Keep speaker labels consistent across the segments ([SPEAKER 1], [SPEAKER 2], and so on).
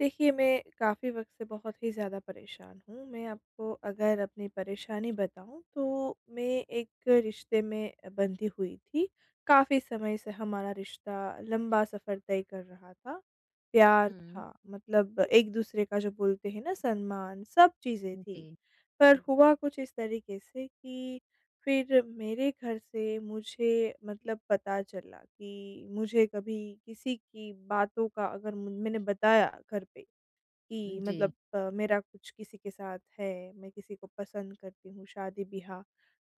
[SPEAKER 1] देखिए, मैं काफ़ी वक़्त से बहुत ही ज़्यादा परेशान हूँ। मैं आपको अगर अपनी परेशानी बताऊँ तो मैं एक रिश्ते में बंधी हुई थी। काफ़ी समय से हमारा रिश्ता लंबा सफ़र तय कर रहा था। प्यार
[SPEAKER 2] हुँ,
[SPEAKER 1] था, मतलब एक-दूसरे का जो बोलते हैं ना सम्मान, सब चीज़ें थी।
[SPEAKER 2] जी,
[SPEAKER 1] पर हुआ कुछ इस तरीके से कि फिर मेरे घर से मुझे मतलब पता चला कि मुझे कभी किसी की बातों का अगर मैंने बताया घर पे कि
[SPEAKER 2] जी,
[SPEAKER 1] मतलब मेरा कुछ किसी के साथ है, मैं किसी को पसंद करती हूँ, शादी-ब्याह।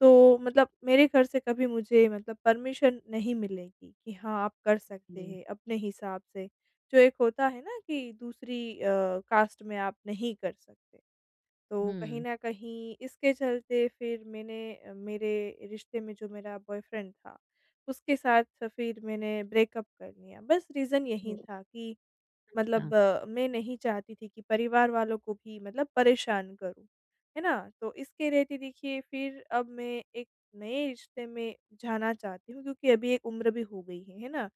[SPEAKER 1] तो मतलब मेरे घर से कभी मुझे मतलब परमिशन नहीं मिलेगी कि हाँ, आप कर सकते
[SPEAKER 2] जी,
[SPEAKER 1] हैं अपने हिसाब से। जो एक होता है ना कि दूसरी कास्ट में आप नहीं कर सकते। तो कहीं
[SPEAKER 2] हुँ,
[SPEAKER 1] न कहीं इसके चलते फिर मैंने मेरे रिश्ते में जो मेरा बॉयफ्रेंड था, उसके साथ फिर मैंने ब्रेकअप कर लिया। बस रीज़न
[SPEAKER 2] तो
[SPEAKER 1] यही था कि
[SPEAKER 2] अच्छा,
[SPEAKER 1] मतलब मैं नहीं चाहती थी कि परिवार वालों को भी मतलब परेशान करूँ, है ना? तो इसके रहते देखिए फिर अब मैं एक नए रिश्ते में जाना चाहती हूँ क्योंकि अभी एक उम्र भी हो गई है ना?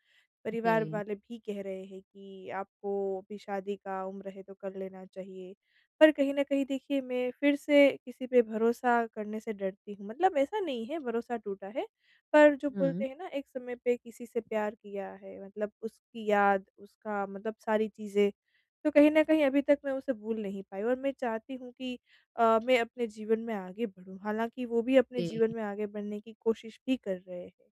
[SPEAKER 1] परिवार
[SPEAKER 2] जी,
[SPEAKER 1] वाले भी कह रहे हैं कि आपको अभी शादी का उम्र है तो कर लेना चाहिए। पर कहीं न कहीं देखिए मैं फिर से किसी पे भरोसा करने से डरती हूँ, मतलब ऐसा नहीं है भरोसा टूटा है। पर जो
[SPEAKER 2] हुँ,
[SPEAKER 1] बोलते हैं ना एक समय पे किसी से प्यार किया है मतलब उसकी याद, उसका मतलब सारी चीज़ें, तो कहीं न कहीं अभी तक मैं उसे भूल नहीं पाई और मैं चाहती हूँ कि मैं अपने जीवन में आगे बढ़ूँ। हालाँकि वो भी अपने जीवन
[SPEAKER 2] जी,
[SPEAKER 1] में आगे बढ़ने की कोशिश भी कर रहे हैं।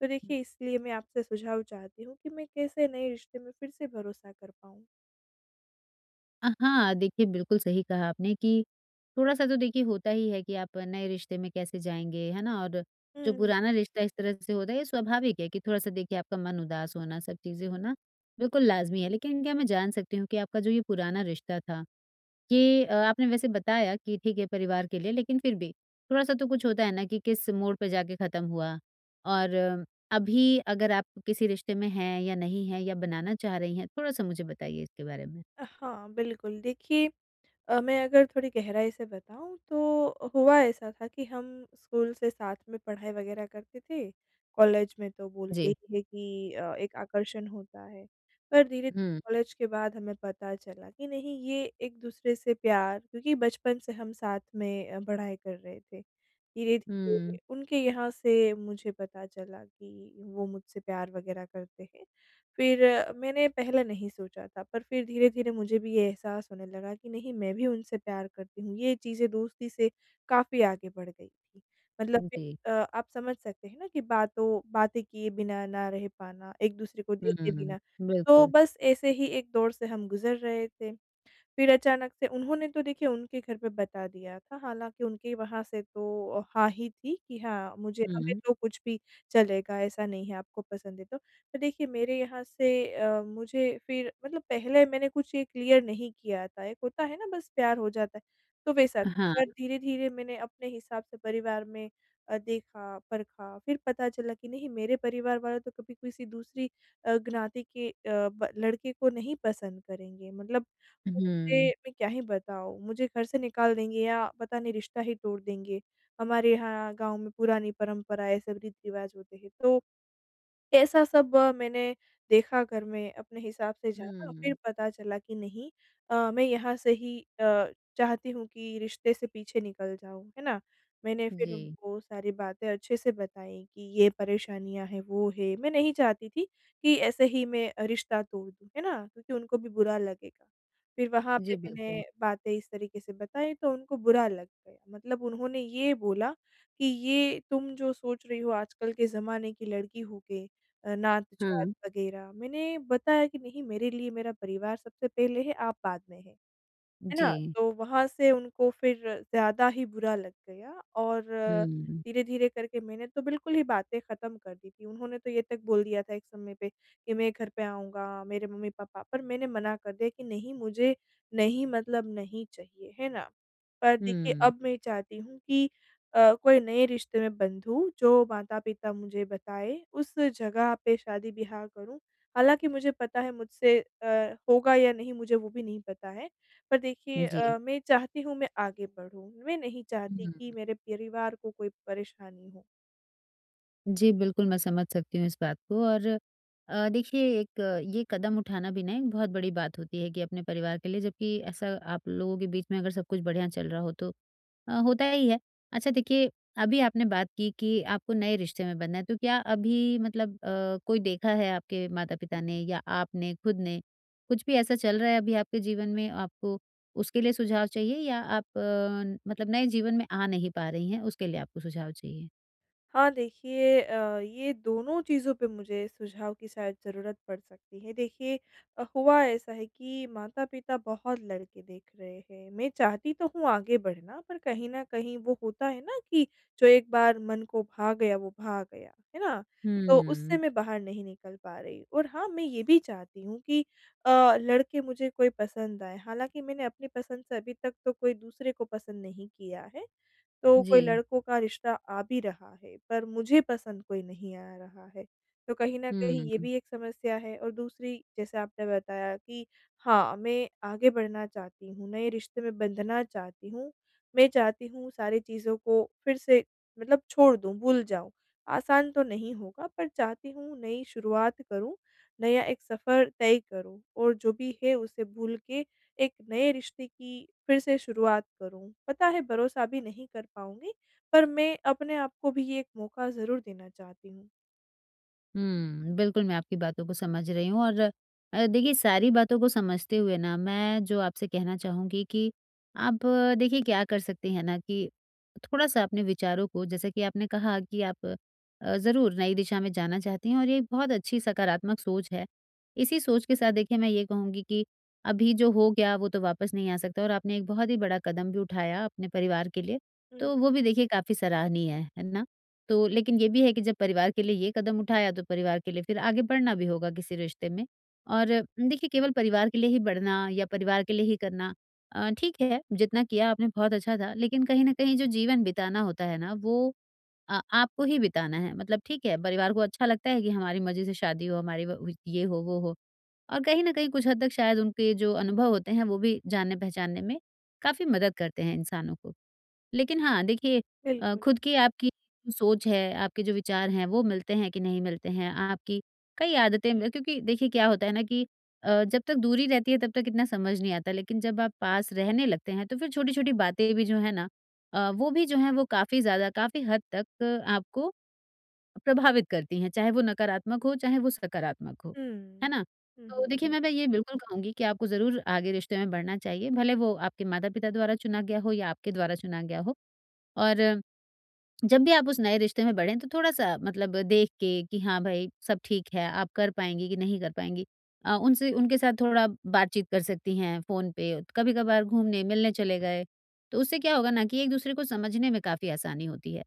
[SPEAKER 1] तो
[SPEAKER 2] हुँ।
[SPEAKER 1] देखिए इसलिए मैं आपसे सुझाव चाहती हूँ कि मैं कैसे नए रिश्ते में फिर से भरोसा कर पाऊँ?
[SPEAKER 2] हाँ, देखिए बिल्कुल सही कहा आपने कि थोड़ा-सा तो देखिए होता ही है कि आप नए रिश्ते में कैसे जाएँगे, है ना? और जो
[SPEAKER 1] हुँ।
[SPEAKER 2] पुराना रिश्ता इस तरह से होता है ये स्वाभाविक है कि थोड़ा-सा देखिए आपका मन उदास होना, सब चीज़ें होना बिल्कुल लाज़मी है। लेकिन क्या मैं जान सकती हूँ कि आपका जो ये पुराना रिश्ता था, ये आपने वैसे बताया कि ठीक है परिवार के लिए, लेकिन फिर भी थोड़ा-सा तो कुछ होता है ना कि किस मोड़ पे जाके ख़त्म हुआ और अभी अगर आप किसी रिश्ते में हैं या नहीं हैं या बनाना चाह रही हैं, थोड़ा-सा मुझे बताइए इसके बारे में?
[SPEAKER 1] हाँ, बिल्कुल देखिए मैं अगर थोड़ी गहराई से बताऊँ तो हुआ ऐसा था कि हम स्कूल से साथ में पढ़ाई वगैरह करते थे। कॉलेज में तो बोलते
[SPEAKER 2] जी।
[SPEAKER 1] ही है कि एक आकर्षण होता है। पर धीरे
[SPEAKER 2] हुँ,
[SPEAKER 1] कॉलेज के बाद हमें पता चला कि नहीं ये एक-दूसरे से प्यार क्योंकि बचपन से हम साथ में पढ़ाई कर रहे थे।
[SPEAKER 2] हुँ,
[SPEAKER 1] धीरे-धीरे उनके यहाँ से मुझे पता चला कि वो मुझसे प्यार वगैरह करते हैं। फिर मैंने पहले नहीं सोचा था, पर फिर धीरे-धीरे मुझे भी ये एहसास होने लगा कि नहीं मैं भी उनसे प्यार करती हूँ। ये चीज़ें दोस्ती से काफ़ी आगे बढ़ गई थी। मतलब फिर
[SPEAKER 2] जी।
[SPEAKER 1] आप समझ सकते हैं ना कि बातों बातें किए बिना ना रह पाना, एक-दूसरे को देखे
[SPEAKER 2] हुँ,
[SPEAKER 1] बिना। तो
[SPEAKER 2] बिल्कुल।
[SPEAKER 1] बस ऐसे ही एक दौर से हम गुज़र रहे थे। फिर अचानक से उन्होंने तो देखिए उनके घर पे बता दिया था, हालाँकि उनके वहाँ से तो हाँ ही थी कि हाँ, मुझे हमें
[SPEAKER 2] हुँ,
[SPEAKER 1] तो कुछ भी चलेगा, ऐसा नहीं है आपको पसंद है तो। तो देखिए मेरे यहाँ से मुझे फिर मतलब पहले मैंने कुछ ये क्लियर नहीं किया था, एक होता है ना बस प्यार हो जाता है, तो वैसा।
[SPEAKER 2] हाँ,
[SPEAKER 1] और धीरे-धीरे मैंने अपने हिसाब से परिवार में देखा, परखा, फिर पता चला कि नहीं मेरे परिवार वाले तो कभी किसी दूसरी ज्ञाति के अ, ब लड़के को नहीं पसंद करेंगे मतलब मुझे
[SPEAKER 2] हुँ,
[SPEAKER 1] मैं क्या ही बताऊँ, मुझे घर से निकाल देंगे या पता नहीं रिश्ता ही तोड़ देंगे। हमारे यहाँ गाँव में पुरानी परंपरा है, सब रीत-रिवाज होते हैं, तो ऐसा सब मैंने देखा घर में अपने हिसाब से जाना
[SPEAKER 2] हुँ,
[SPEAKER 1] फिर पता चला कि नहीं मैं यहाँ से ही चाहती हूँ कि रिश्ते से पीछे निकल जाऊँ, है ना? मैंने फिर
[SPEAKER 2] जी,
[SPEAKER 1] उनको सारी बातें अच्छे से बताई कि ये परेशानियाँ हैं, वो है। मैं नहीं चाहती थी कि ऐसे ही मैं रिश्ता तोड़ दूँ, है ना? क्योंकि उनको भी बुरा लगेगा। फिर वहाँ पे
[SPEAKER 2] जी बिल्कुल।
[SPEAKER 1] मैंने बातें इस तरीके से बताई तो उनको बुरा लग गया। मतलब उन्होंने ये बोला कि ये तुम जो सोच रही हो आजकल के ज़माने की लड़की हो के नात-जात
[SPEAKER 2] हाँ,
[SPEAKER 1] वगैरह। मैंने बताया कि नहीं मेरे लिए मेरा परिवार सबसे पहले है, आप बाद में हैं। है ना?
[SPEAKER 2] जी,
[SPEAKER 1] तो वहाँ से उनको फिर ज़्यादा ही बुरा लग गया और
[SPEAKER 2] हुँ,
[SPEAKER 1] धीरे-धीरे करके मैंने तो बिल्कुल ही बातें ख़त्म कर दी थी। उन्होंने तो ये तक बोल दिया था एक समय पे कि मैं घर पे आऊँगा, मेरे मम्मी-पापा पर मैंने मना कर दिया कि नहीं मुझे नहीं चाहिए, है ना? पर देखिए
[SPEAKER 2] हुँ,
[SPEAKER 1] अब मैं चाहती हूँ कि कोई नए रिश्ते में बंधूँ जो माता-पिता मुझे बताएँ, उस जगह पे शादी-ब्याह करूँ। हालाँकि मुझे पता है मुझसे होगा या नहीं मुझे वो भी नहीं पता है। पर देखिए
[SPEAKER 2] जी,
[SPEAKER 1] मैं चाहती हूँ मैं आगे बढ़ूँ, मैं नहीं चाहती
[SPEAKER 2] हुँ।
[SPEAKER 1] कि मेरे परिवार को कोई परेशानी हो।
[SPEAKER 2] जी, बिल्कुल मैं समझ सकती हूँ इस बात को और देखिए एक ये कदम उठाना भी ना एक बहुत बड़ी बात होती है कि अपने परिवार के लिए जबकि ऐसा आप लोगों के बीच में अगर सब कुछ बढ़िया चल रहा हो तो होता ही है। अच्छा देखिए, अभी आपने बात की कि आपको नए रिश्ते में बंधना है, तो क्या अभी मतलब कोई देखा है आपके माता-पिता ने या आपने खुद ने, कुछ भी ऐसा चल रहा है अभी आपके जीवन में आपको उसके लिए सुझाव चाहिए या आप मतलब नए जीवन में आ नहीं पा रही हैं उसके लिए आपको सुझाव चाहिए?
[SPEAKER 1] हाँ, देखिए ये दोनों चीज़ों पे मुझे सुझाव की शायद ज़रूरत पड़ सकती है। देखिए हुआ ऐसा है कि माता-पिता बहुत लड़के देख रहे हैं। मैं चाहती तो हूँ आगे बढ़ना, पर कहीं न कहीं वो होता है ना कि जो एक बार मन को भा गया, वो भा गया, है ना? तो उससे
[SPEAKER 2] हुँ,
[SPEAKER 1] मैं बाहर नहीं निकल पा रही। और हाँ, मैं ये भी चाहती हूँ कि अ, लड़के मुझे कोई पसंद आएँ। हालाँकि मैंने अपनी पसंद से अभी तक तो कोई दूसरे को पसंद नहीं किया है। तो कोई
[SPEAKER 2] जी।
[SPEAKER 1] लड़कों का रिश्ता आ भी रहा है, पर मुझे पसंद कोई नहीं आ रहा है। तो कहीं न कहीं ये
[SPEAKER 2] हुँ।
[SPEAKER 1] भी एक समस्या है और दूसरी जैसे आपने बताया कि हाँ, मैं आगे बढ़ना चाहती हूँ, नए रिश्ते में बंधना चाहती हूँ। मैं चाहती हूँ सारी चीज़ों को फिर से मतलब छोड़ दूँ, भूल जाऊँ। आसान तो नहीं होगा पर चाहती हूँ नई शुरुआत करूँ, नया एक सफ़र तय करूँ और जो भी है उसे भूल के एक नए रिश्ते की फिर से शुरुआत करूँ। पता है भरोसा भी नहीं कर पाऊँगी, पर मैं अपने आप को भी ये एक मौका ज़रूर देना चाहती हूँ।
[SPEAKER 2] हुँ, बिल्कुल मैं आपकी बातों को समझ रही हूँ और देखिए सारी बातों को समझते हुए ना मैं जो आपसे कहना चाहूँगी कि आप देखिए क्या कर सकती हैं ना कि थोड़ा-सा अपने विचारों को जैसे कि आपने कहा कि आप ज़रूर नई दिशा में जाना चाहती हैं और ये बहुत अच्छी सकारात्मक सोच है। इसी सोच के साथ देखिए मैं ये कहूँगी कि अभी जो हो गया वो तो वापस नहीं आ सकता और आपने एक बहुत ही बड़ा कदम भी उठाया अपने परिवार के लिए,
[SPEAKER 1] हुँ,
[SPEAKER 2] तो वो भी देखिए काफ़ी सराहनीय है ना? तो लेकिन ये भी है कि जब परिवार के लिए ये कदम उठाया तो परिवार के लिए फिर आगे बढ़ना भी होगा किसी रिश्ते में। और देखिए केवल परिवार के लिए ही बढ़ना या परिवार के लिए ही करना ठीक है, जितना किया आपने बहुत अच्छा था। लेकिन कहीं न कहीं जो जीवन बिताना होता है ना वो आपको ही बिताना है। मतलब ठीक है, परिवार को अच्छा लगता है कि हमारी मर्ज़ी से शादी हो, हमारी व व ये हो, वो हो। और कहीं न कहीं कुछ हद तक शायद उनके जो अनुभव होते हैं वो भी जानने-पहचानने में काफ़ी मदद करते हैं इंसानों को। लेकिन हाँ, देखिए
[SPEAKER 1] बिल्कुल।
[SPEAKER 2] खुद की आपकी सोच है, आपके जो विचार हैं, वो मिलते हैं कि नहीं मिलते हैं, आपकी कई आदतें म क्योंकि देखिए क्या होता है ना कि जब तक दूरी रहती है तब तक इतना समझ नहीं आता, लेकिन जब आप पास रहने लगते हैं, तो फिर छोटी-छोटी बातें भी जो है ना वो भी जो है वो काफ़ी ज़्यादा, काफ़ी हद तक आपको प्रभावित करती हैं, चाहे वो नकारात्मक हो, चाहे वो सकारात्मक हो, है
[SPEAKER 1] हुँ।
[SPEAKER 2] ना?
[SPEAKER 1] हुँ,
[SPEAKER 2] तो
[SPEAKER 1] हुँ।
[SPEAKER 2] देखिए जी। मैं ये बिल्कुल कहूँगी कि आपको ज़रूर आगे रिश्ते में बढ़ना चाहिए, भले वो आपके माता-पिता द्वारा चुना गया हो या आपके द्वारा चुना गया हो। और जब भी आप उस नए रिश्ते में बढ़ें तो थोड़ा-सा मतलब देख के कि हाँ भाई, सब ठीक है, आप कर पाएँगी कि नहीं कर पाएँगी। उनसे उनके साथ थोड़ा बातचीत कर सकती हैं फ़ोन पे, कभी-कभार घूमने, मिलने चले गए, तो उससे क्या होगा ना कि एक-दूसरे को समझने में काफ़ी आसानी होती है।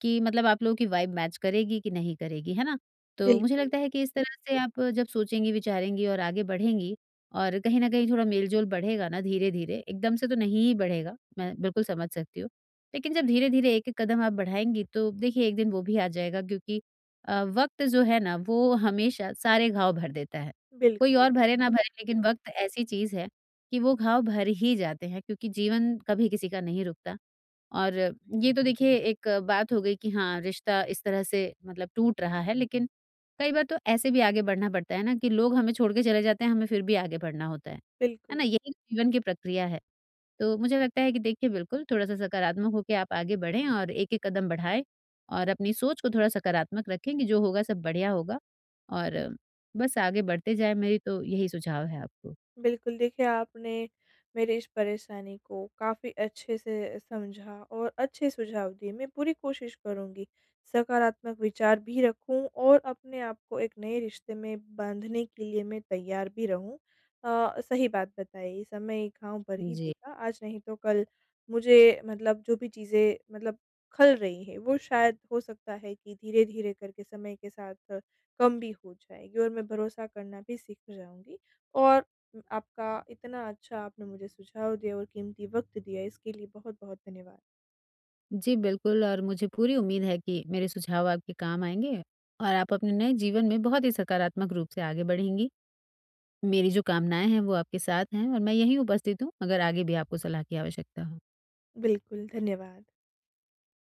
[SPEAKER 2] कि मतलब आप लोगों की वाइब मैच करेगी कि नहीं करेगी, है ना? तो मुझे
[SPEAKER 1] बिल्कुल,
[SPEAKER 2] लगता है कि इस तरह से आप जब सोचेंगी, विचारेंगी और आगे बढ़ेंगी और कहीं न कहीं थोड़ा मेल-जोल बढ़ेगा ना धीरे-धीरे, एकदम से तो नहीं ही बढ़ेगा, मैं बिल्कुल समझ सकती हूँ। लेकिन जब धीरे-धीरे एक-एक कदम आप बढ़ाएँगी तो देखिए एक दिन वो भी आ जाएगा क्योंकि वक़्त जो है ना वो हमेशा सारे घाव भर देता है। कोई
[SPEAKER 1] बिल्कुल।
[SPEAKER 2] और भरे ना
[SPEAKER 1] हाँ,
[SPEAKER 2] भरे लेकिन वक़्त ऐसी चीज़ है कि वो घाव भर ही जाते हैं क्योंकि जीवन कभी किसी का नहीं रुकता। और ये तो देखिए एक बात हो गई कि हाँ, रिश्ता इस तरह से मतलब टूट रहा है, लेकिन कई बार तो ऐसे भी आगे बढ़ना पड़ता है ना कि लोग हमें छोड़ के चले जाते हैं, हमें फिर भी आगे बढ़ना होता है। है
[SPEAKER 1] बिल्कुल।
[SPEAKER 2] ना? यही तो जीवन की प्रक्रिया है। तो मुझे लगता है कि देखिए बिल्कुल थोड़ा-सा सकारात्मक होके आप आगे बढ़ें और एक-एक कदम बढ़ाएँ और अपनी सोच को थोड़ा सकारात्मक रखें कि जो होगा सब बढ़िया होगा और बस आगे बढ़ते जाएँ, मेरी तो यही सुझाव है आपको।
[SPEAKER 1] बिल्कुल, देखिए आपने मेरी इस परेशानी को काफ़ी अच्छे से समझा और अच्छे सुझाव दिए। मैं पूरी कोशिश करूँगी, सकारात्मक विचार भी रखूँ और अपने आप को एक नए रिश्ते में बाँधने के लिए मैं तैयार भी रहूँ। सही बात बताई, समय घाव भर ही
[SPEAKER 2] जी।
[SPEAKER 1] देगा, आज नहीं तो कल मुझे जो भी चीज़ें मतलब खल रही हैं, वो शायद हो सकता है कि धीरे-धीरे करके समय के साथ कम भी हो जाएगी और मैं भरोसा करना भी सीख जाऊँगी और आपका इतना अच्छा आपने मुझे सुझाव दिया और कीमती वक़्त दिया इसके लिए बहुत-बहुत धन्यवाद।
[SPEAKER 2] जी, बिल्कुल और मुझे पूरी उम्मीद है कि मेरे सुझाव आपके काम आएँगे और आप अपने नए जीवन में बहुत ही सकारात्मक रूप से आगे बढ़ेंगी। मेरी जो कामनाएँ हैं वो आपके साथ हैं और मैं यहीं उपस्थित हूँ, अगर आगे भी आपको सलाह की आवश्यकता हो।
[SPEAKER 1] बिल्कुल, धन्यवाद।